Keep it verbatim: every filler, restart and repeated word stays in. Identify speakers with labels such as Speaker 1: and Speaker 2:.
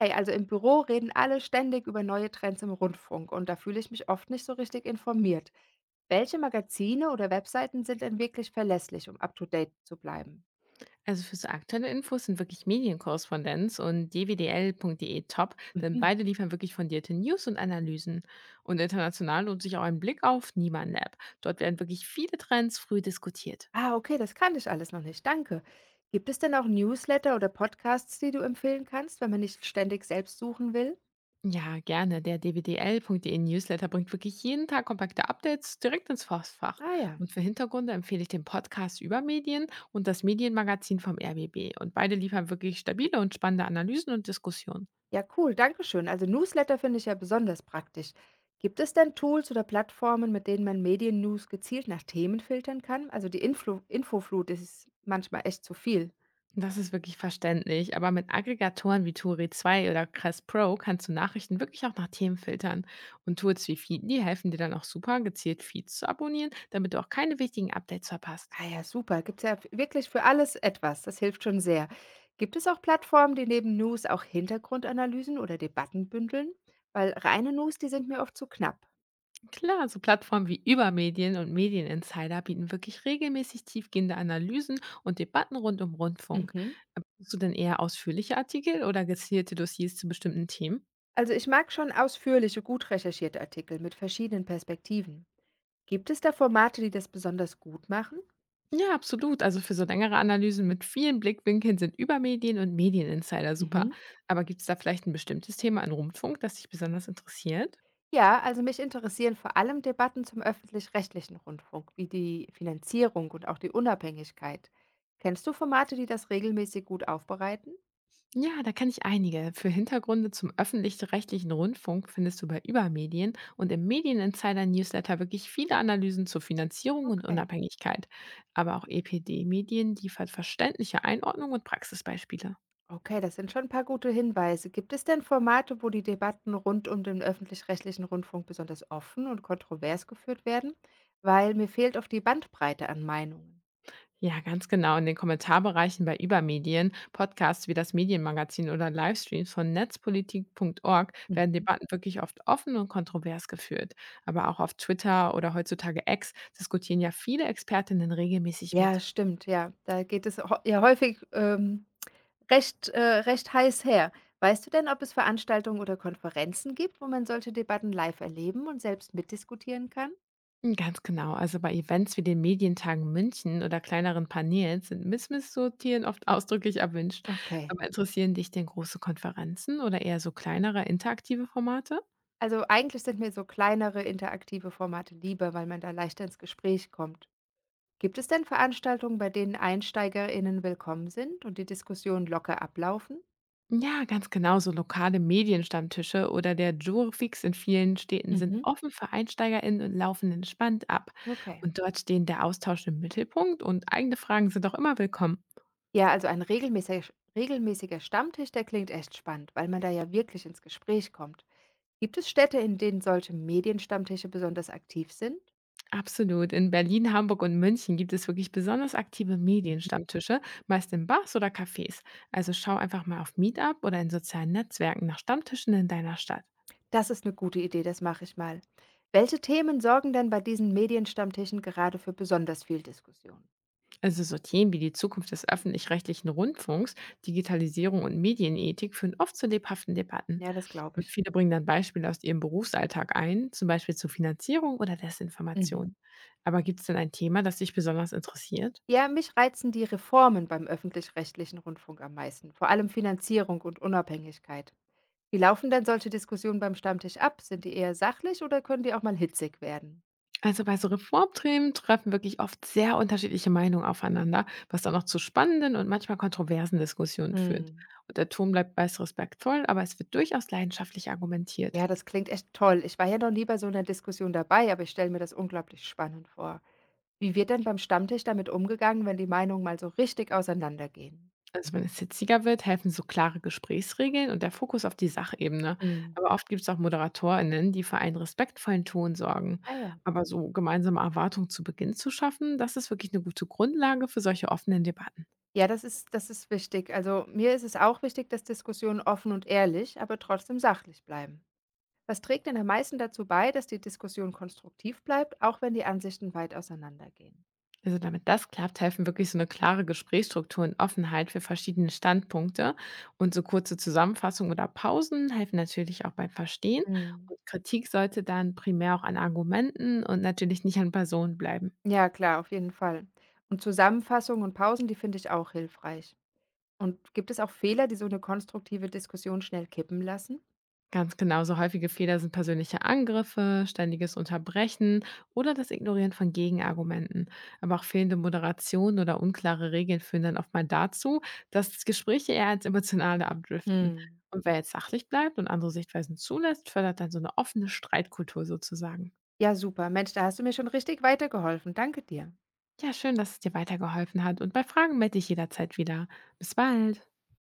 Speaker 1: Hey, also im Büro reden alle ständig über neue Trends im Rundfunk und da fühle ich mich oft nicht so richtig informiert. Welche Magazine oder Webseiten sind denn wirklich verlässlich, um up-to-date zu bleiben?
Speaker 2: Also für so aktuelle Infos sind wirklich Medienkorrespondenz und dwdl.de top, denn
Speaker 1: Mhm.
Speaker 2: beide liefern wirklich fundierte News und Analysen. Und international lohnt sich auch ein Blick auf Niemann Lab. Dort werden wirklich viele Trends früh diskutiert.
Speaker 1: Ah, okay, das kannte ich alles noch nicht. Danke. Gibt es denn auch Newsletter oder Podcasts, die du empfehlen kannst, wenn man nicht ständig selbst suchen will?
Speaker 2: Ja, gerne. Der dwdl.de Newsletter bringt wirklich jeden Tag kompakte Updates direkt ins Forstfach.
Speaker 1: Ah ja.
Speaker 2: Und für Hintergründe empfehle ich den Podcast über Medien und das Medienmagazin vom R B B. Und beide liefern wirklich stabile und spannende Analysen und Diskussionen.
Speaker 1: Ja, cool, danke schön. Also Newsletter finde ich ja besonders praktisch. Gibt es denn Tools oder Plattformen, mit denen man Medien-News gezielt nach Themen filtern kann? Also die Influ Infoflut ist manchmal echt zu viel.
Speaker 2: Das ist wirklich verständlich, aber mit Aggregatoren wie Turi zwei oder Crest Pro kannst du Nachrichten wirklich auch nach Themen filtern. Und Tools wie Feedly helfen dir dann auch super, gezielt Feeds zu abonnieren, damit du auch keine wichtigen Updates verpasst.
Speaker 1: Ah ja, super. Gibt es ja wirklich für alles etwas. Das hilft schon sehr. Gibt es auch Plattformen, die neben News auch Hintergrundanalysen oder Debatten bündeln? Weil reine News, die sind mir oft zu knapp.
Speaker 2: Klar, so Plattformen wie Übermedien und Medieninsider bieten wirklich regelmäßig tiefgehende Analysen und Debatten rund um Rundfunk.
Speaker 1: Mhm.
Speaker 2: Aber suchst du denn eher ausführliche Artikel oder gezielte Dossiers zu bestimmten Themen?
Speaker 1: Also ich mag schon ausführliche, gut recherchierte Artikel mit verschiedenen Perspektiven. Gibt es da Formate, die das besonders gut machen?
Speaker 2: Ja, absolut. Also für so längere Analysen mit vielen Blickwinkeln sind Übermedien und Medieninsider super.
Speaker 1: Mhm.
Speaker 2: Aber gibt es da vielleicht ein bestimmtes Thema in Rundfunk, das dich besonders interessiert?
Speaker 1: Ja, also mich interessieren vor allem Debatten zum öffentlich-rechtlichen Rundfunk, wie die Finanzierung und auch die Unabhängigkeit. Kennst du Formate, die das regelmäßig gut aufbereiten?
Speaker 2: Ja, da kann ich einige. Für Hintergründe zum öffentlich-rechtlichen Rundfunk findest du bei Übermedien und im Medieninsider-Newsletter wirklich viele Analysen zur Finanzierung und
Speaker 1: Okay.
Speaker 2: Unabhängigkeit. Aber auch E P D-Medien liefert verständliche Einordnung und Praxisbeispiele.
Speaker 1: Okay, das sind schon ein paar gute Hinweise. Gibt es denn Formate, wo die Debatten rund um den öffentlich-rechtlichen Rundfunk besonders offen und kontrovers geführt werden? Weil mir fehlt oft die Bandbreite an Meinungen.
Speaker 2: Ja, ganz genau. In den Kommentarbereichen bei Übermedien, Podcasts wie das Medienmagazin oder Livestreams von netzpolitik Punkt org werden
Speaker 1: Mhm.
Speaker 2: Debatten wirklich oft offen und kontrovers geführt. Aber auch auf Twitter oder heutzutage X diskutieren ja viele Expertinnen regelmäßig
Speaker 1: Ja,
Speaker 2: mit.
Speaker 1: stimmt, ja. Da geht es hau- ja häufig ähm, recht äh, recht heiß her. Weißt du denn, ob es Veranstaltungen oder Konferenzen gibt, wo man solche Debatten live erleben und selbst mitdiskutieren kann?
Speaker 2: Hm, ganz genau. Also bei Events wie den Medientagen München oder kleineren Panels sind Missmisssortieren oft ausdrücklich erwünscht.
Speaker 1: Okay.
Speaker 2: Aber interessieren dich denn große Konferenzen oder eher so kleinere interaktive Formate?
Speaker 1: Also eigentlich sind mir so kleinere interaktive Formate lieber, weil man da leichter ins Gespräch kommt. Gibt es denn Veranstaltungen, bei denen EinsteigerInnen willkommen sind und die Diskussionen locker ablaufen?
Speaker 2: Ja, ganz genau. So lokale Medienstammtische oder der Jurfix in vielen Städten sind
Speaker 1: Mhm.
Speaker 2: offen für EinsteigerInnen und laufen entspannt ab.
Speaker 1: Okay.
Speaker 2: Und dort stehen der Austausch im Mittelpunkt und eigene Fragen sind auch immer willkommen.
Speaker 1: Ja, also ein regelmäßiger, regelmäßiger Stammtisch, der klingt echt spannend, weil man da ja wirklich ins Gespräch kommt. Gibt es Städte, in denen solche Medienstammtische besonders aktiv sind?
Speaker 2: Absolut. In Berlin, Hamburg und München gibt es wirklich besonders aktive
Speaker 1: Mhm.
Speaker 2: Medienstammtische, meist in Bars oder Cafés. Also schau einfach mal auf Meetup oder in sozialen Netzwerken nach Stammtischen in deiner Stadt.
Speaker 1: Das ist eine gute Idee, das mache ich mal. Welche Themen sorgen denn bei diesen Medienstammtischen gerade für besonders viel Diskussion?
Speaker 2: Also so Themen wie die Zukunft des öffentlich-rechtlichen Rundfunks, Digitalisierung und Medienethik führen oft zu lebhaften Debatten.
Speaker 1: Ja, das glaube
Speaker 2: Und
Speaker 1: ich.
Speaker 2: viele bringen dann Beispiele aus ihrem Berufsalltag ein, zum Beispiel zur Finanzierung oder Desinformation.
Speaker 1: Mhm.
Speaker 2: Aber gibt es denn ein Thema, das dich besonders interessiert?
Speaker 1: Ja, mich reizen die Reformen beim öffentlich-rechtlichen Rundfunk am meisten, vor allem Finanzierung und Unabhängigkeit. Wie laufen denn solche Diskussionen beim Stammtisch ab? Sind die eher sachlich oder können die auch mal hitzig werden?
Speaker 2: Also bei so Reformthemen treffen wirklich oft sehr unterschiedliche Meinungen aufeinander, was dann auch zu spannenden und manchmal kontroversen Diskussionen führt.
Speaker 1: Mhm.
Speaker 2: Und der Ton bleibt meist respektvoll, aber es wird durchaus leidenschaftlich argumentiert.
Speaker 1: Ja, das klingt echt toll. Ich war ja noch nie bei so einer Diskussion dabei, aber ich stelle mir das unglaublich spannend vor. Wie wird denn beim Stammtisch damit umgegangen, wenn die Meinungen mal so richtig auseinandergehen?
Speaker 2: Also wenn es hitziger wird, helfen so klare Gesprächsregeln und der Fokus auf die Sachebene.
Speaker 1: Mhm.
Speaker 2: Aber oft gibt es auch ModeratorInnen, die für einen respektvollen Ton sorgen.
Speaker 1: Ah ja.
Speaker 2: Aber so gemeinsame Erwartungen zu Beginn zu schaffen, das ist wirklich eine gute Grundlage für solche offenen Debatten.
Speaker 1: Ja, das ist das ist wichtig. Also, mir ist es auch wichtig, dass Diskussionen offen und ehrlich, aber trotzdem sachlich bleiben. Was trägt denn am meisten dazu bei, dass die Diskussion konstruktiv bleibt, auch wenn die Ansichten weit auseinandergehen?
Speaker 2: Also damit das klappt, helfen wirklich so eine klare Gesprächsstruktur und Offenheit für verschiedene Standpunkte. Und so kurze Zusammenfassungen oder Pausen helfen natürlich auch beim Verstehen.
Speaker 1: Mhm.
Speaker 2: Und Kritik sollte dann primär auch an Argumenten und natürlich nicht an Personen bleiben.
Speaker 1: Ja, klar, auf jeden Fall. Und Zusammenfassungen und Pausen, die finde ich auch hilfreich. Und gibt es auch Fehler, die so eine konstruktive Diskussion schnell kippen lassen?
Speaker 2: Ganz genau, so häufige Fehler sind persönliche Angriffe, ständiges Unterbrechen oder das Ignorieren von Gegenargumenten. Aber auch fehlende Moderation oder unklare Regeln führen dann oft mal dazu, dass Gespräche eher ins Emotionale abdriften.
Speaker 1: Mhm.
Speaker 2: Und wer jetzt sachlich bleibt und andere Sichtweisen zulässt, fördert dann so eine offene Streitkultur sozusagen.
Speaker 1: Ja, super. Mensch, da hast du mir schon richtig weitergeholfen. Danke dir.
Speaker 2: Ja, schön, dass es dir weitergeholfen hat und bei Fragen melde ich jederzeit wieder. Bis bald.